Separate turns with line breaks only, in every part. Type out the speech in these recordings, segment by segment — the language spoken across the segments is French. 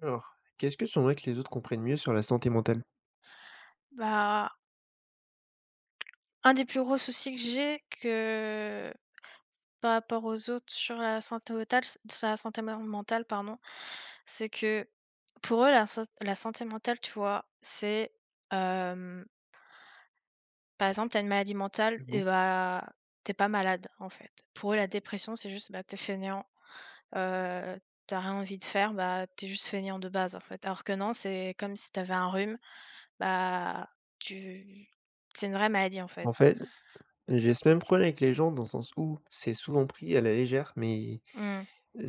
Alors, qu'est-ce que j'aimerais que les autres comprennent mieux sur la santé mentale?
Bah, un des plus gros soucis que j'ai, que par rapport aux autres sur la santé mentale, c sur la santé mentale, pardon, c'est que pour eux, la santé mentale, tu vois, c'est, hem, par exemple, t'as une maladie mentale et
Debout.
bah, t'es pas malade, en fait. Pour eux, la dépression, c'est juste, bah, t'es es fainéant, heu, tu rien envie de faire, bah, t'es juste fainéant de base, en fait. Alors que non, c'est comme si t'avais un rhume, bah, tu c'est une vraie maladie, en fait.
En fait, j'ai ce même problème avec les gens dans le sens où c'est souvent pris à la légère, mais,
Mmh.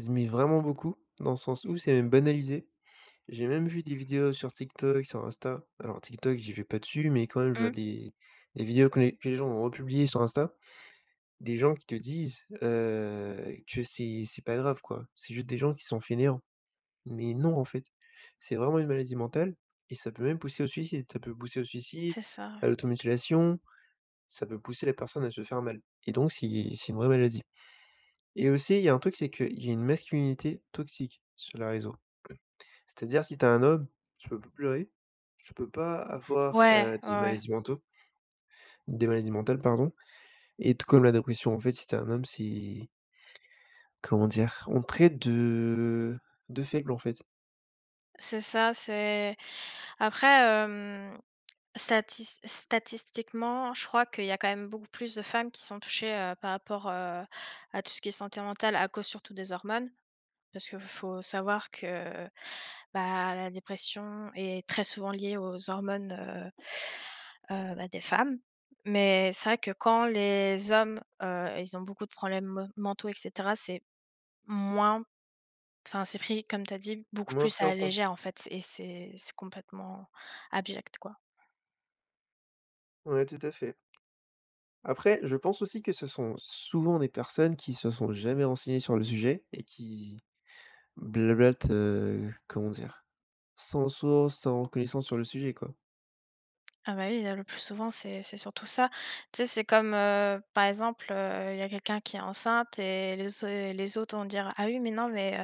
mais vraiment beaucoup, dans le sens où c'est même banalisé. J'ai même vu des vidéos sur TikTok, sur Insta. Alors TikTok, j'y vais pas dessus, mais quand même, je vois
Mmh.
des vidéos que les gens ont republiées sur Insta. Des gens qui te disent que c'est pas grave, quoi. C'est juste des gens qui sont fainéants. Mais non, en fait, c'est vraiment une maladie mentale et ça peut même pousser au suicide. Ça peut pousser au suicide,
C'est ça,
à
oui.
l'automutilation, ça peut pousser la personne à se faire mal. Et donc, c'est une vraie maladie. Et aussi, il y a un truc, c'est qu'il y a une masculinité toxique sur les réseaux. C'est-à-dire, si t'es un homme, tu peux pas pleurer, tu peux pas avoir,
Ouais, ouais, ouais.
des maladies mentales, pardon et tout comme la dépression. En fait, si t'es un homme, c'est comment dire? On te traite de faible, en fait,
C'est ça, c'est après, statistiquement, je crois qu'il y a quand même beaucoup plus de femmes qui sont touchées, par rapport, à tout ce qui est santé mentale à cause surtout des hormones. Parce qu'il faut savoir que, bah, la dépression est très souvent liée aux hormones, bah, des femmes. Mais c'est vrai que quand les hommes, ils ont beaucoup de problèmes me mentaux et cetera, c'est moins. Enfin, c'est pris, comme tu as dit, beaucoup
moins
plus à
pris en
la
compte.
légère, en fait, et c'est complètement abject, quoi.
Ouais, tout à fait. Après, je pense aussi que ce sont souvent des personnes qui se sont jamais renseignées sur le sujet et qui blablatent, comment dire? Sans source, sans connaissance sur le sujet, quoi.
Ah bah oui, le plus souvent, c'est surtout ça. Tu sais, c'est comme, par exemple, il y a quelqu'un qui est enceinte et les autres vont dire: «Ah oui, mais non, mais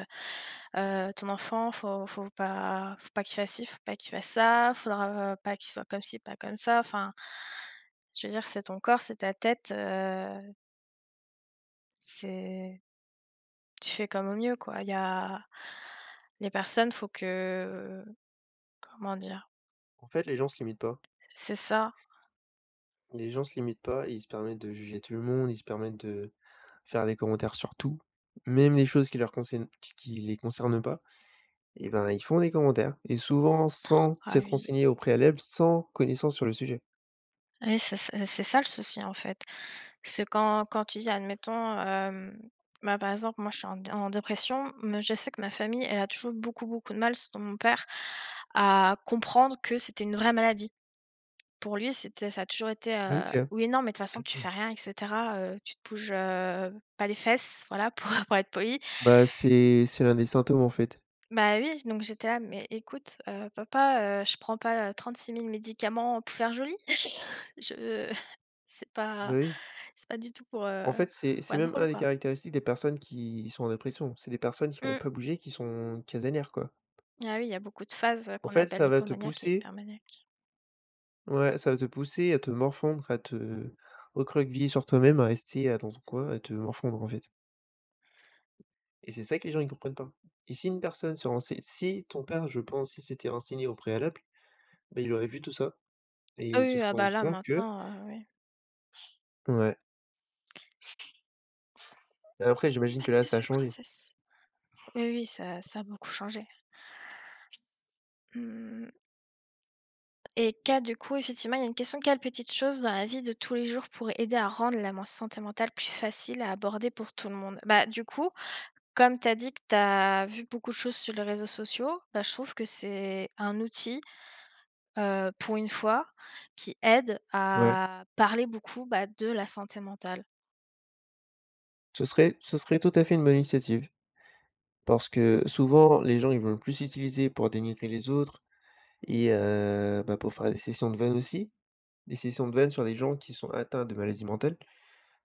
heu ton enfant, faut pas qu'il fasse ci, faut pas qu'il fasse ça, faudra, pas qu'il soit comme ci, pas comme ça». Enfin, je veux dire, c'est ton corps, c'est ta tête, c'est tu fais comme au mieux, quoi. Il y a les personnes, faut que, comment dire?
En fait, les gens se limitent pas.
C'est ça.
Les gens se limitent pas ils se permettent de juger tout le monde, ils se permettent de faire des commentaires sur tout, même des choses qui leur concernent qui les concernent pas et ben, ils font des commentaires et souvent sans
Ah
s'être
oui.
renseignés au préalable, sans connaissance sur le sujet.
Oui, c'est ça le souci, en fait. C'est quand tu dis, admettons, bah, par exemple, moi, je suis en dépression, mais je sais que ma famille, elle a toujours beaucoup, beaucoup de mal, surtout mon père, à comprendre que c'était une vraie maladie. Pour lui, c'était ça a toujours été,
OK.
«Oui, non, mais de toute façon, tu fais rien et cetera, tu te bouges, pas les fesses», voilà, pour pour être poli.
Bah, c'est l'un des symptômes, en fait.
Bah, oui, donc j'étais là: «Mais écoute, papa, je prends pas, 36 000 médicaments pour faire joli. Je». C'est
Bah,
pas
oui.
c'est pas du tout
En fait, c'est
pour
c'est
être
même
drôle,
un des
quoi.
caractéristiques des personnes qui sont en dépression. C'est des personnes qui vont
Mmh.
pas bouger, qui sont casanières, quoi.
Ah oui, il y a beaucoup de phases,
En
qu'on
fait,
appelle
ça va te
hypomaniaque et
pousser
hypermaniaque.
ouais, ça va te pousser à te morfondre, à te recroqueviller sur toi-même, à rester, dans ton coin, à te morfondre, en fait. Et c'est ça que les gens ne comprennent pas. Et si une personne se renseigne, si ton père, je pense, si c'était renseigné au préalable, bah, il aurait vu tout ça et
Ah
il se
oui, ah
serait
bah
rendu
là
compte que
maintenant, oui.
ouais. Après, j'imagine
Ma
que là, ça a
désolée
changé.
princesse. Oui, oui, ça a beaucoup changé. Mmh. Et quel du coup, effectivement, il y a une question, quelle petite chose dans la vie de tous les jours pourrait aider à rendre la men santé mentale plus facile à aborder pour tout le monde? Bah, du coup, comme tu as dit que tu as vu beaucoup de choses sur les réseaux sociaux, bah, je trouve que c'est un outil, pour une fois, qui aide
Ouais.
à parler beaucoup, bah, de la santé mentale.
Ce serait tout à fait une bonne initiative. Parce que souvent, les gens, ils vont plus s'utiliser pour dénigrer les autres et bah, pour faire des sessions de vannes aussi. Des sessions de vannes sur des gens qui sont atteints de maladies mentales,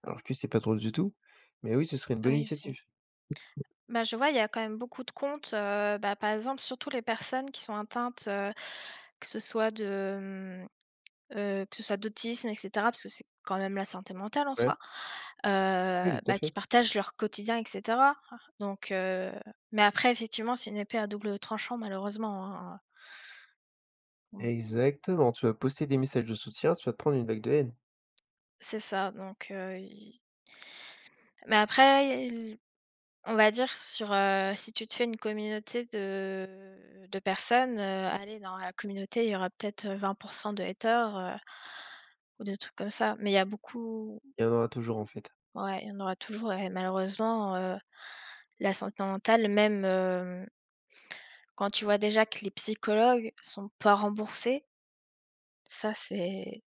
alors que c'est pas drôle du tout. Mais oui, ce serait une bonne
Oui,
initiative.
aussi. Bah, je vois, il y a quand même beaucoup de comptes, bah, par exemple, surtout les personnes qui sont atteintes, que ce soit de, que ce soit d'autisme et cetera, parce que c'est quand même la santé mentale en
Ouais,
soi,
oui, tout à
bah, qui
fait.
partagent leur quotidien et cetera. Donc mais après effectivement, c'est une épée à double tranchant malheureusement, hein.
Exactement, tu vas poster des messages de soutien, tu vas te prendre une vague de haine.
C'est ça, donc i mais après, il on va dire sur, si tu te fais une communauté de personnes, allez dans la communauté, il y aura peut-être, 20 de haters, ou des trucs comme ça. Mais il y a beaucoup,
Il y en aura toujours, en fait.
ouais, il y en aura toujours et malheureusement, la santé mentale même, quand tu vois déjà que les psychologues sont pas remboursés, ça c'est.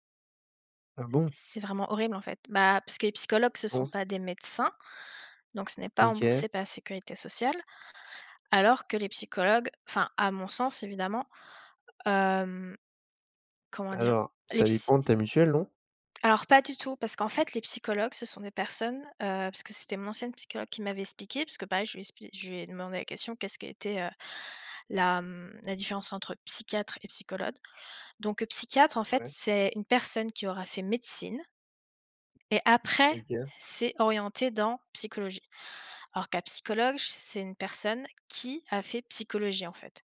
Ah bon?
C'est vraiment horrible, en fait. Bah, parce que les psychologues, ce sont
Comment ç
pas des médecins, donc ce n'est pas
OK.
remboursé par la sécurité sociale, alors que les psychologues, enfin, à mon sens, évidemment, hem, comment dire?
Alors,
Les
ça
psy
dépend de ta mutuelle, non?
alors pas du tout, parce qu'en fait, les psychologues, ce sont des personnes, parce que c'était mon ancienne psychologue qui m'avait expliqué, parce que pareil, je lui ai demandé la question: «Qu'est-ce qu'était, la, la différence entre psychiatre et psychologue?» Donc, psychiatre, en fait,
Ouais,
c'est une personne qui aura fait médecine. Et après,
OK,
c'est orienté dans psychologie. Alors qu'un psychologue, c'est une personne qui a fait psychologie, en fait,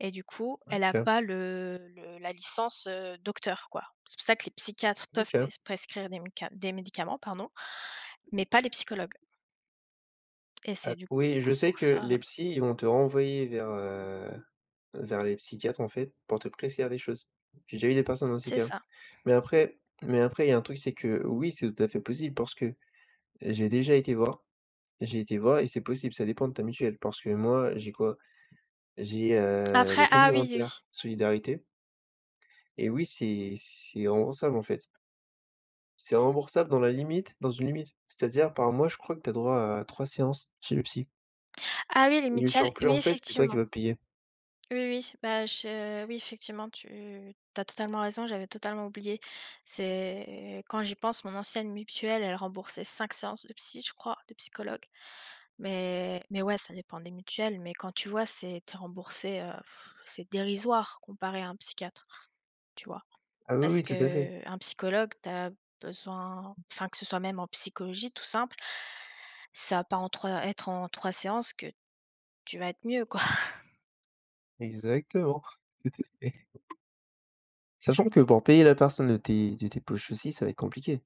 et du coup, elle a
OK,
pas le le la licence, docteur, quoi. C'est pour ça que les psychiatres peuvent
OK.
prescrire des méca des médicaments, pardon, mais pas les psychologues et
Ah
c'est
oui,
du
je
coup
sais
pour
que
ça,
les psys, ils vont te renvoyer vers les psychiatres, en fait, pour te prescrire des choses. J'ai déjà eu des personnes dans ces
c'est
cas.
ça.
Mais après mais après, il y a un truc, c'est que oui, c'est tout à fait possible parce que j'ai déjà été voir j'ai été voir et c'est possible, ça dépend de ta mutuelle. Parce que moi, j'ai quoi? J'ai, le
Après ah oui, oui, oui.
complémentaire solidarité et oui, c'est remboursable, en fait. C'est remboursable dans une limite. C'est-à-dire par mois, je crois que tu as droit à 3 séances chez le psy
Ah oui, les
et le
mutuelles,
surplus, en
oui,
fait, c'est toi qui
effectivement.
vas payer.
Oui, oui, bah, je oui, effectivement, tu as totalement raison, j'avais totalement oublié. C'est quand j'y pense, mon ancienne mutuelle, elle remboursait 5 séances de psy, je crois, de psychologue. Mais ouais, ça dépend des mutuelles, mais quand tu vois, c'est tu es remboursé, c'est dérisoire comparé à un psychiatre, tu vois?
Ah oui,
Parce
oui, tout à fait.
que un psychologue, tu as besoin, enfin, que ce soit même en psychologie, tout simple, ça va pas en 3 être en 3 séances que tu vas être mieux, quoi.
Exactement. Tout à fait. Sachant que pour payer la personne de tes poches aussi, ça va être compliqué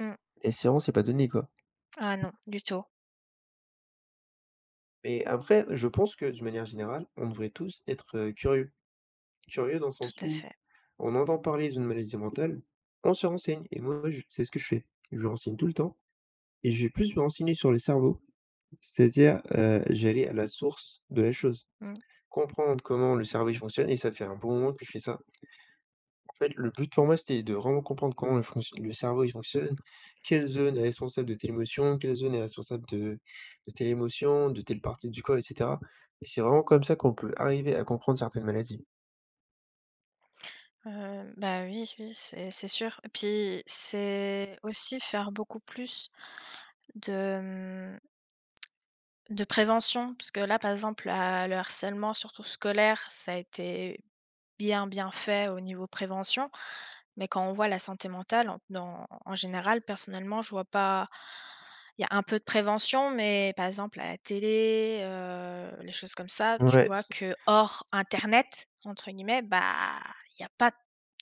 Mmh.
et si vraiment c'est pas donné, quoi.
Ah non, du tout,
Mais après, je pense que d'une manière générale, on devrait tous être, curieux. Curieux dans le
tout
sens
à
où
fait.
on entend parler d'une maladie mentale, on se renseigne et moi je c'est ce que je fais. Je me renseigne tout le temps et je vais plus me renseigner sur le cerveau, c'est-à-dire, je à la source de la chose,
Mmh.
comprendre comment le cerveau, il fonctionne et ça fait un bon moment que je fais ça. En fait, le but pour moi, c'était de vraiment comprendre comment le cerveau, il fonctionne. Quelle zone est responsable de telle émotion, quelle zone est responsable de telle émotion, de telle partie du corps et cetera et c'est vraiment comme ça qu'on peut arriver à comprendre certaines maladies.
Bah, oui, oui, c'est sûr. Et puis, c'est aussi faire beaucoup plus de, de prévention, parce que là, par exemple, la le harcèlement, surtout scolaire, ça a été bien, bien fait au niveau prévention. Mais quand on voit la santé mentale, en, en général, personnellement, je vois pas. Il y a un peu de prévention, mais par exemple à la télé, les choses comme ça, tu
Ouais,
vois
c
que hors Internet, entre guillemets, bah il n'y a pas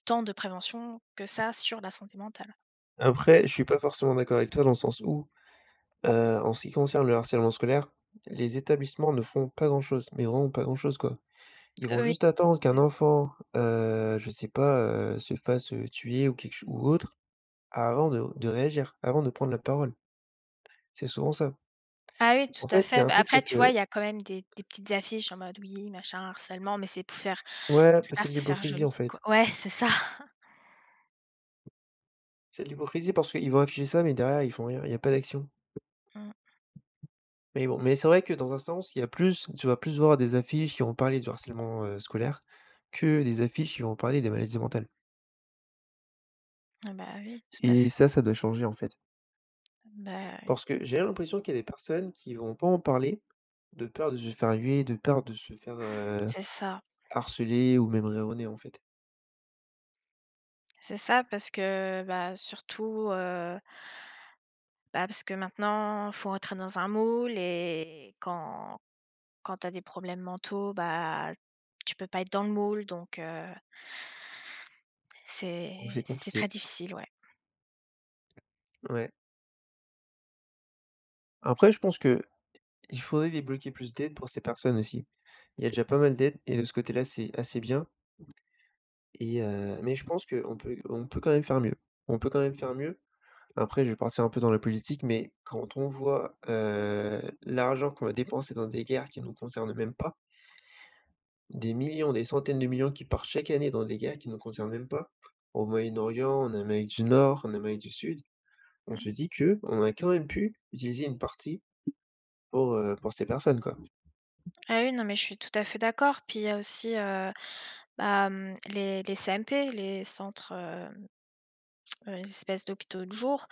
tant de prévention que ça sur la santé mentale.
après, je suis pas forcément d'accord avec toi dans le sens où, en ce qui concerne le harcèlement scolaire, les établissements ne font pas grand-chose, mais vraiment pas grand-chose, quoi. Ils vont
Oui.
juste attendre qu'un enfant, je sais pas, se fasse, tuer ou quelque ch ou autre avant de réagir, avant de prendre la parole. C'est souvent ça.
Ah oui,
En
tout à
fait, il y a
fait.
un
Bah,
truc, c'est
après, tu
que
vois, il y a quand même des petites affiches en mode oui, machin, harcèlement, mais c'est pour faire, la
ouais, bah,
plupart,
c'est de
c'est pour faire
l'hypocrisie, en
joli, quoi.
fait.
Ouais, c'est ça.
C'est de l'hypocrisie parce qu'ils vont afficher ça, mais derrière, ils font rien, il y a pas d'action.
Mm.
Mais bon, mais c'est vrai que dans un sens, il y a plus tu vas plus voir des affiches qui vont parler du harcèlement, scolaire que des affiches qui vont parler des maladies mentales
Ah bah oui, tout à
et
fait.
ça doit changer, en fait.
Bah, oui,
Parce que j'ai l'impression qu'il y a des personnes qui vont pas en parler de peur de se faire huer, de peur de se faire,
c'est ça.
harceler ou même rer en fait.
C'est ça parce que, bah, surtout, bah, parce que maintenant, faut rentrer dans un moule et quand tu as des problèmes mentaux, bah, tu peux pas être dans le moule donc
Donc c'est
c'est
compliqué.
très difficile, ouais.
Ouais. Après, je pense que il faudrait débloquer plus d'aide pour ces personnes aussi. Il y a déjà pas mal d'aide et de ce côté-là, c'est assez bien et mais je pense qu'on peut on peut quand même faire mieux. On peut quand même faire mieux. Après, je vais partir un peu dans la politique, mais quand on voit, l'argent qu'on va dépenser dans des guerres qui ne nous concernent même pas, des millions, des centaines de millions qui partent chaque année dans des guerres qui ne nous concernent même pas, au Moyen-Orient, en Amérique du Nord, en Amérique du Sud, on
Mmh.
se dit que on a quand même pu utiliser une partie pour ces personnes, quoi.
Ah oui, non, mais je suis tout à fait d'accord. Puis il y a aussi, bah, les CMP, les centres, les espèces d'hôpitaux de jour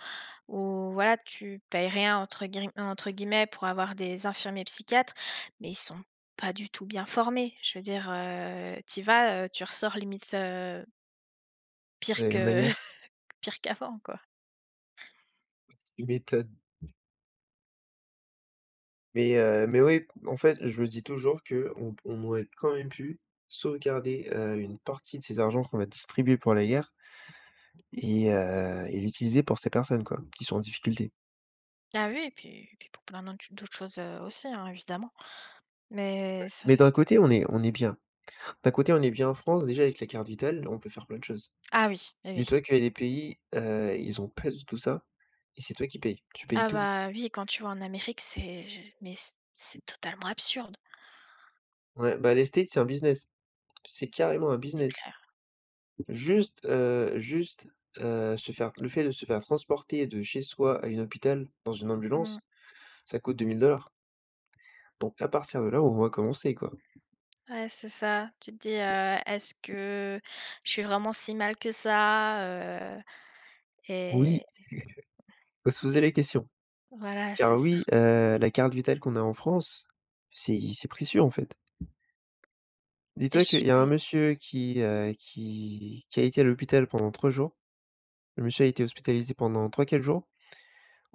où voilà, tu payes rien entre grim entre guillemets pour avoir des infirmiers psychiatres, mais ils sont pas du tout bien formés. Je veux dire, tu vas, tu ressors limite,
De
pire
la même
que
manière?
pire qu'avant, quoi.
Tu m'étonnes. Mais oui, en fait, je me dis toujours que on aurait quand même pu sauvegarder, une partie de ces argent qu'on a distribué pour la guerre et l'utiliser pour ces personnes, quoi, qui sont en difficulté.
Ah oui, et puis pour plein d'autres choses, aussi, hein, évidemment. Mais ça
Mais
c,
d'un côté, on est bien. D'un côté, on est bien en France, déjà avec la carte vitale, on peut faire plein de choses.
ah oui, oui, oui.
Dis-toi qu'il y a des pays, ils ont pas du tout ça et c'est toi qui payes. Tu payes
Ah
tout.
bah, oui, quand tu vas en Amérique, c'est mais c'est totalement absurde,
Ouais, bah, les States, c'est un business. C'est carrément un
c'est
business.
clair.
Juste, juste, se faire le fait de se faire transporter de chez soi à un hôpital dans une
Mmh.
ambulance, ça coûte 2 dollars. Donc à partir de là, on va commencer, quoi.
Ouais, c'est ça. Tu te dis, «Est-ce que je suis vraiment si mal que ça?» heu
Oui,
et
faut se poser la question.
voilà, c'est
Car
ça.
oui, la carte vitale qu'on a en France, c'est précieux, en fait.
Et
Dis-toi qu'il
je
y a un
oui,
monsieur qui a été à l'hôpital pendant 3 jours. Le monsieur a été hospitalisé pendant trois 4 jours.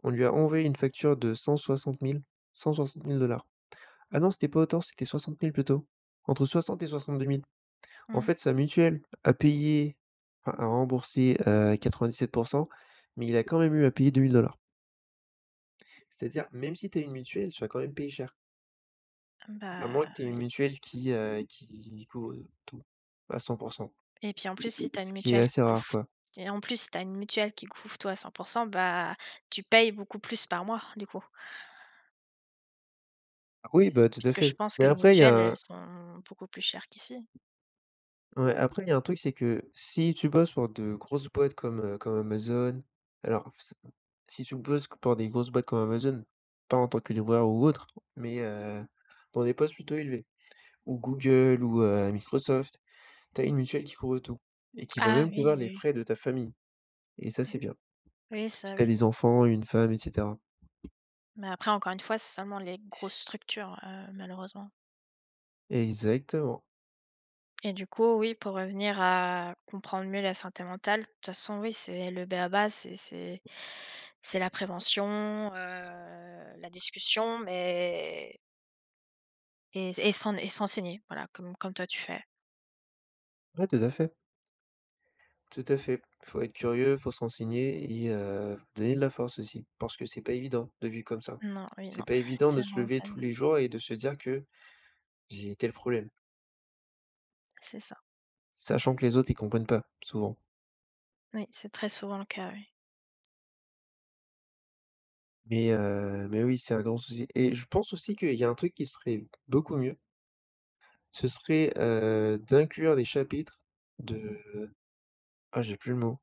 On lui a envoyé une facture de 160 000, cent soixante mille dollars. Ah non, c'était pas autant, c'était 60 000 plutôt. Entre 60 000 et 62 000. En
mmh,
fait, sa mutuelle a payé, enfin a remboursé, quatre-vingt-dix-sept pour cent, mais il a quand même eu à payer deux mille dollars. C'est-à-dire, même si tu as une mutuelle, tu vas quand même payer cher. À moins que
bah,
tu aies une
oui
mutuelle qui couvre tout à cent pour 100,
et puis en plus, si tu as
ce
une
qui est
mutuelle qui
assez
couvre
rare, quoi.
et en plus, si tu as une mutuelle qui couvre toi à 100%, bah, tu payes beaucoup plus par mois, du coup,
Oui, bah, tout à
puisque je
fait.
pense
Mais
que les
après, il y a
mutuelles,
un
elles sont beaucoup plus chères qu'ici.
ouais, après, il y a un truc, c'est que si tu bosses pour de grosses boîtes comme Amazon, alors f si tu bosses pour des grosses boîtes comme Amazon, pas en tant que livreur ou autre, mais dans des postes plutôt élevés, ou Google ou Microsoft, tu as une mutuelle qui couvre tout et qui va
Ah
même
oui,
couvrir
oui,
les
oui,
frais de ta famille et ça,
oui,
c'est bien.
oui,
Si
ça
tu as
oui,
des enfants, une femme et cetera.
mais après encore une fois, c'est seulement les grosses structures, malheureusement.
Exactement.
Et du coup, oui, pour revenir à comprendre mieux la santé mentale, de toute façon, oui, c'est le b.a.-ba, c'est la prévention, la discussion, mais et se renseigner, voilà, comme toi tu fais.
Ouais, tout à fait. Tout à fait. Faut être curieux, faut se renseigner et faut donner de la force aussi, parce que c'est pas évident de vivre comme ça.
Non, oui,
C'est
non,
pas évident de
c'est
se
vraiment
lever
pas
tous
né,
les jours et de se dire que j'ai tel problème,
c'est ça.
sachant que les autres, ils comprennent pas souvent.
Oui, c'est très souvent le cas, oui.
Mais oui, c'est un grand souci et je pense aussi qu'il y a un truc qui serait beaucoup mieux, ce serait, d'inclure des chapitres de ah, j'ai plus le mot.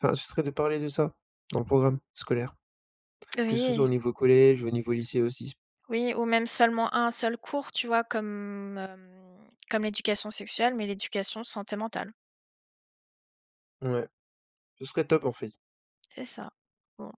Enfin, ce serait de parler de ça dans le programme scolaire, que ce soit au
Oui,
niveau collège, ou au niveau lycée aussi.
oui, ou même seulement un seul cours, tu vois? Comme, comme l'éducation sexuelle, mais l'éducation santé mentale,
Ouais, ce serait top en fait.
c'est ça. Bon.